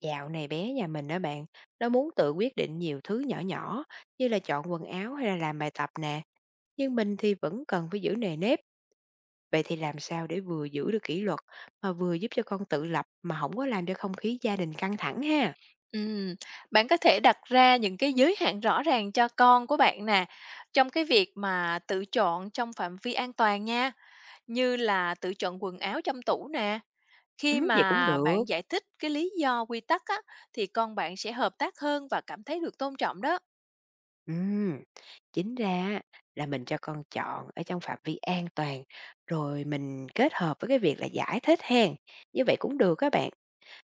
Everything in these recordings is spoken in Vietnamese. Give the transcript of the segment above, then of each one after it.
Dạo này bé nhà mình đó bạn, nó muốn tự quyết định nhiều thứ nhỏ nhỏ như là chọn quần áo hay là làm bài tập nè, nhưng mình thì vẫn cần phải giữ nề nếp. Vậy thì làm sao để vừa giữ được kỷ luật mà vừa giúp cho con tự lập mà không có làm cho không khí gia đình căng thẳng ha? Ừm, bạn có thể đặt ra những cái giới hạn rõ ràng cho con của bạn nè, trong cái việc mà tự chọn trong phạm vi an toàn nha, như là tự chọn quần áo trong tủ nè. Khi Ừ, vậy cũng mà được. bạn giải thích cái lý do quy tắc á, thì con bạn sẽ hợp tác hơn và cảm thấy được tôn trọng đó. Ừ, chính ra là mình cho con chọn ở trong phạm vi an toàn, rồi mình kết hợp với cái việc là giải thích hen. Như vậy cũng được các bạn.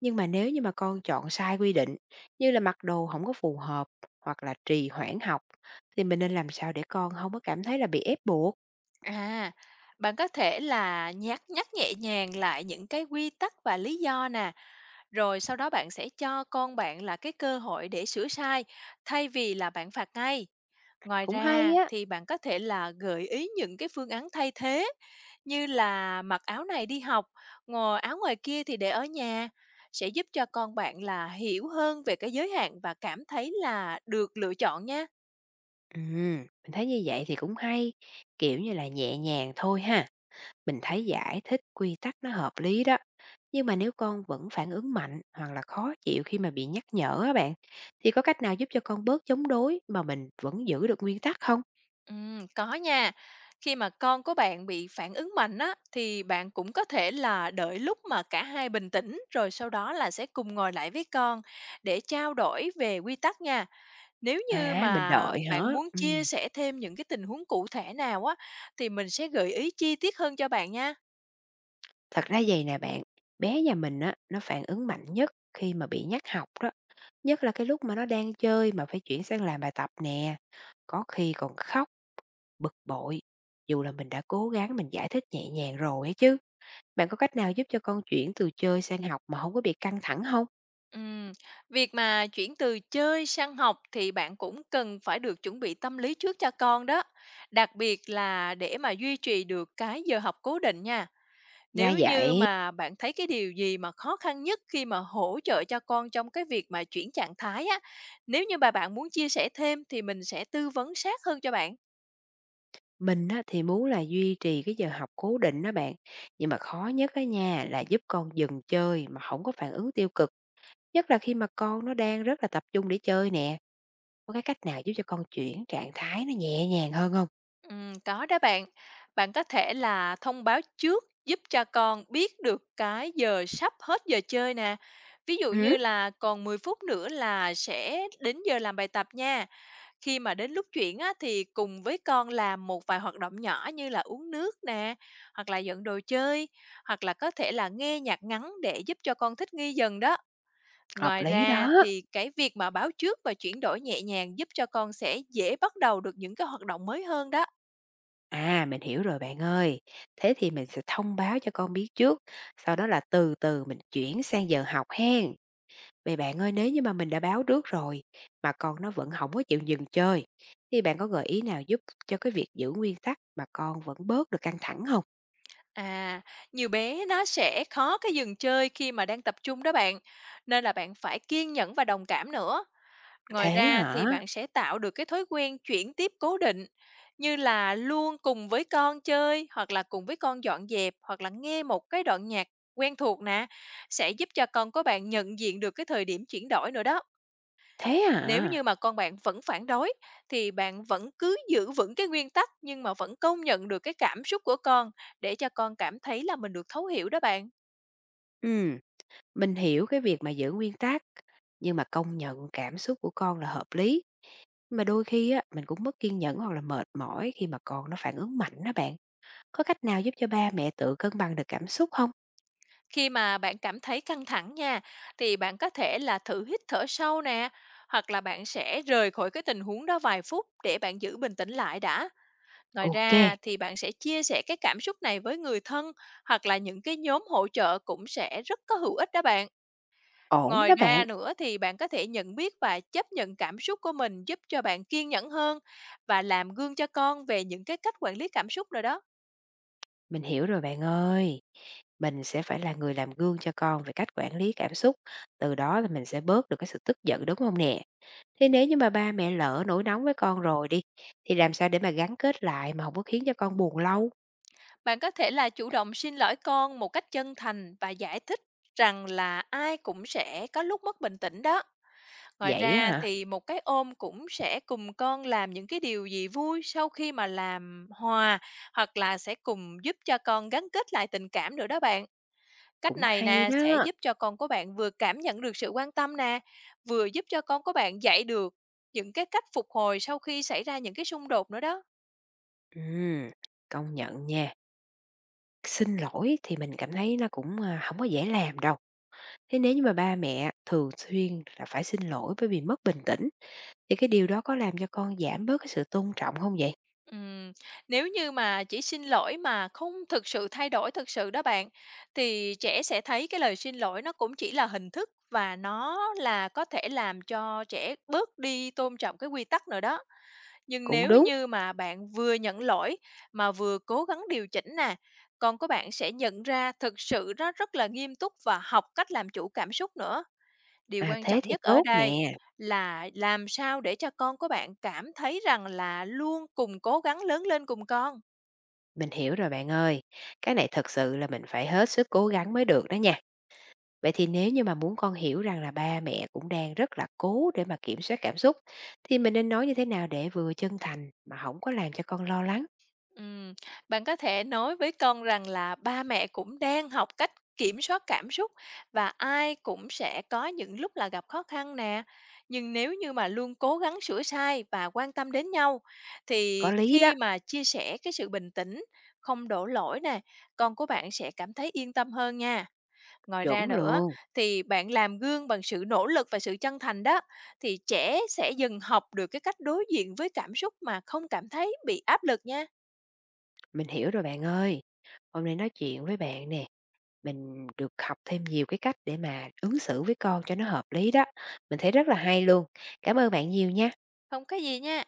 Nhưng mà nếu như mà con chọn sai quy định, như là mặc đồ không có phù hợp hoặc là trì hoãn học, thì mình nên làm sao để con không có cảm thấy là bị ép buộc? À, bạn có thể là nhắc nhắc nhẹ nhàng lại những cái quy tắc và lý do nè, rồi sau đó bạn sẽ cho con bạn là cái cơ hội để sửa sai thay vì là bạn phạt ngay. Ngoài Cũng hay ra á. thì bạn có thể là gợi ý những cái phương án thay thế như là mặc áo này đi học, ngồi áo ngoài kia thì để ở nhà sẽ giúp cho con bạn là hiểu hơn về cái giới hạn và cảm thấy là được lựa chọn nha. Mình thấy như vậy thì cũng hay, kiểu như là, nhẹ nhàng thôi ha. Mình thấy giải thích quy tắc nó hợp lý đó. Nhưng mà nếu con vẫn phản ứng mạnh hoặc là khó chịu khi mà bị nhắc nhở á bạn, thì có cách nào giúp cho con bớt chống đối mà mình vẫn giữ được nguyên tắc không? Có nha. Khi mà con của bạn bị phản ứng mạnh á, thì bạn cũng có thể là đợi lúc mà cả hai bình tĩnh rồi sau đó là sẽ cùng ngồi lại với con để trao đổi về quy tắc nha. Nếu như À, mình mà đợi hả? bạn muốn chia Ừm. sẻ thêm những cái tình huống cụ thể nào á, thì mình sẽ gợi ý chi tiết hơn cho bạn nha. Thật ra vậy nè bạn, bé nhà mình á, nó phản ứng mạnh nhất khi mà bị nhắc học đó, nhất là cái lúc mà nó đang chơi mà phải chuyển sang làm bài tập nè. Có khi còn khóc, bực bội, dù là mình đã cố gắng giải thích nhẹ nhàng rồi ấy chứ. Bạn có cách nào giúp cho con chuyển từ chơi sang học mà không có bị căng thẳng không? Ừm, việc mà chuyển từ chơi sang học thì bạn cũng cần phải được chuẩn bị tâm lý trước cho con đó, đặc biệt là để mà duy trì được cái giờ học cố định nha. Ra Nếu vậy, như mà bạn thấy cái điều gì mà khó khăn nhất khi mà hỗ trợ cho con trong cái việc mà chuyển trạng thái á, nếu như mà bạn muốn chia sẻ thêm thì mình sẽ tư vấn sát hơn cho bạn. mình á, thì muốn là duy trì cái giờ học cố định đó bạn, nhưng mà khó nhất á nha, là giúp con dừng chơi mà không có phản ứng tiêu cực, nhất là khi mà con nó đang rất là tập trung để chơi nè. Có cái cách nào giúp cho con chuyển trạng thái nó nhẹ nhàng hơn không? Có đó bạn. Bạn có thể là thông báo trước giúp cho con biết được cái giờ sắp hết giờ chơi nè. Ví dụ như Ừm, là còn 10 phút nữa là sẽ đến giờ làm bài tập nha. Khi mà đến lúc chuyển á, thì cùng với con làm một vài hoạt động nhỏ như là uống nước nè, hoặc là dọn đồ chơi, hoặc là có thể là nghe nhạc ngắn để giúp cho con thích nghi dần đó. hợp Ngoài lý ra đó. thì cái việc mà báo trước và chuyển đổi nhẹ nhàng giúp cho con sẽ dễ bắt đầu được những cái hoạt động mới hơn đó. À, mình hiểu rồi bạn ơi. Thế thì mình sẽ thông báo cho con biết trước, sau đó là từ từ mình chuyển sang giờ học hen. Vậy bạn ơi, nếu như mà mình đã báo trước rồi, mà con nó vẫn không có chịu dừng chơi, thì bạn có gợi ý nào giúp cho cái việc giữ nguyên tắc mà con vẫn bớt được căng thẳng không? À, nhiều bé nó sẽ khó cái dừng chơi khi mà đang tập trung đó bạn, nên là bạn phải kiên nhẫn và đồng cảm nữa. Ngoài Thế ra thì hả? bạn sẽ tạo được cái thói quen chuyển tiếp cố định, như là luôn cùng với con chơi hoặc là cùng với con dọn dẹp hoặc là nghe một cái đoạn nhạc quen thuộc nè, sẽ giúp cho con của bạn nhận diện được cái thời điểm chuyển đổi nữa đó. Thế Nếu hả? như mà con bạn vẫn phản đối thì bạn vẫn cứ giữ vững cái nguyên tắc, nhưng mà vẫn công nhận được cái cảm xúc của con để cho con cảm thấy là mình được thấu hiểu đó bạn. Ừm, mình hiểu cái việc mà giữ nguyên tắc, nhưng mà công nhận cảm xúc của con là hợp lý. Mà đôi khi á, mình cũng mất kiên nhẫn hoặc là mệt mỏi khi mà con nó phản ứng mạnh đó bạn. Có cách nào giúp cho ba mẹ tự cân bằng được cảm xúc không? Khi mà bạn cảm thấy căng thẳng nha, thì bạn có thể là thử hít thở sâu nè, hoặc là bạn sẽ rời khỏi cái tình huống đó vài phút để bạn giữ bình tĩnh lại đã. Ngoài OK, ra thì bạn sẽ chia sẻ cái cảm xúc này với người thân, hoặc là những cái nhóm hỗ trợ cũng sẽ rất có hữu ích đó bạn. ổn Ngoài đó ra bạn. nữa thì bạn có thể nhận biết và chấp nhận cảm xúc của mình, giúp cho bạn kiên nhẫn hơn và làm gương cho con về những cái cách quản lý cảm xúc rồi đó. Mình hiểu rồi bạn ơi. Mình sẽ phải là người làm gương cho con về cách quản lý cảm xúc. Từ đó là mình sẽ bớt được cái sự tức giận đúng không nè? Thế nếu như mà ba mẹ lỡ nổi nóng với con rồi đi, thì làm sao để mà gắn kết lại mà không có khiến cho con buồn lâu? Bạn có thể là chủ động xin lỗi con một cách chân thành và giải thích rằng là ai cũng sẽ có lúc mất bình tĩnh đó. Ngoài Vậy á ra hả? thì một cái ôm cũng sẽ cùng con làm những cái điều gì vui sau khi mà làm hòa, hoặc là sẽ cùng giúp cho con gắn kết lại tình cảm nữa đó bạn. Cách Cũng này hay nè sẽ đó. giúp cho con của bạn vừa cảm nhận được sự quan tâm nè, vừa giúp cho con của bạn dạy được những cái cách phục hồi sau khi xảy ra những cái xung đột nữa đó. Ừ, công nhận nha. Xin lỗi thì mình cảm thấy nó cũng, à, hổng có dễ làm đâu. Thế nếu như mà ba mẹ thường xuyên là phải xin lỗi bởi vì mất bình tĩnh, thì cái điều đó có làm cho con giảm bớt cái sự tôn trọng không vậy? Ừm, Nếu như mà chỉ xin lỗi mà không thực sự thay đổi thực sự đó bạn, thì trẻ sẽ thấy cái lời xin lỗi nó cũng chỉ là hình thức, và nó là có thể làm cho trẻ bớt đi tôn trọng cái quy tắc nữa đó. Nhưng Cũng nếu đúng, như mà bạn vừa nhận lỗi mà vừa cố gắng điều chỉnh nè, con của bạn sẽ nhận ra thực sự nó rất là nghiêm túc và học cách làm chủ cảm xúc nữa. Điều à, quan thế trọng thì nhất ở tốt đây nè, là làm sao để cho con của bạn cảm thấy rằng là luôn cùng cố gắng lớn lên cùng con. mình hiểu rồi bạn ơi. Cái này thật sự là mình phải hết sức cố gắng mới được đó nha. Vậy thì nếu như mà muốn con hiểu rằng là ba mẹ cũng đang rất là cố để mà kiểm soát cảm xúc, thì mình nên nói như thế nào để vừa chân thành mà không có làm cho con lo lắng? Ừm, bạn có thể nói với con rằng là ba mẹ cũng đang học cách kiểm soát cảm xúc, và ai cũng sẽ có những lúc là gặp khó khăn nè. Nhưng nếu như mà luôn cố gắng sửa sai và quan tâm đến nhau, thì Có lý đó, khi mà chia sẻ cái sự bình tĩnh, không đổ lỗi nè, con của bạn sẽ cảm thấy yên tâm hơn nha. Ngoài ra chuẩn nữa luôn, thì bạn làm gương bằng sự nỗ lực và sự chân thành đó, thì trẻ sẽ dần học được cái cách đối diện với cảm xúc mà không cảm thấy bị áp lực nha. mình hiểu rồi bạn ơi. Hôm nay nói chuyện với bạn nè, mình được học thêm nhiều cái cách để mà ứng xử với con cho nó hợp lý đó. Mình thấy rất là hay luôn. Cảm ơn bạn nhiều nha. Không có gì nha.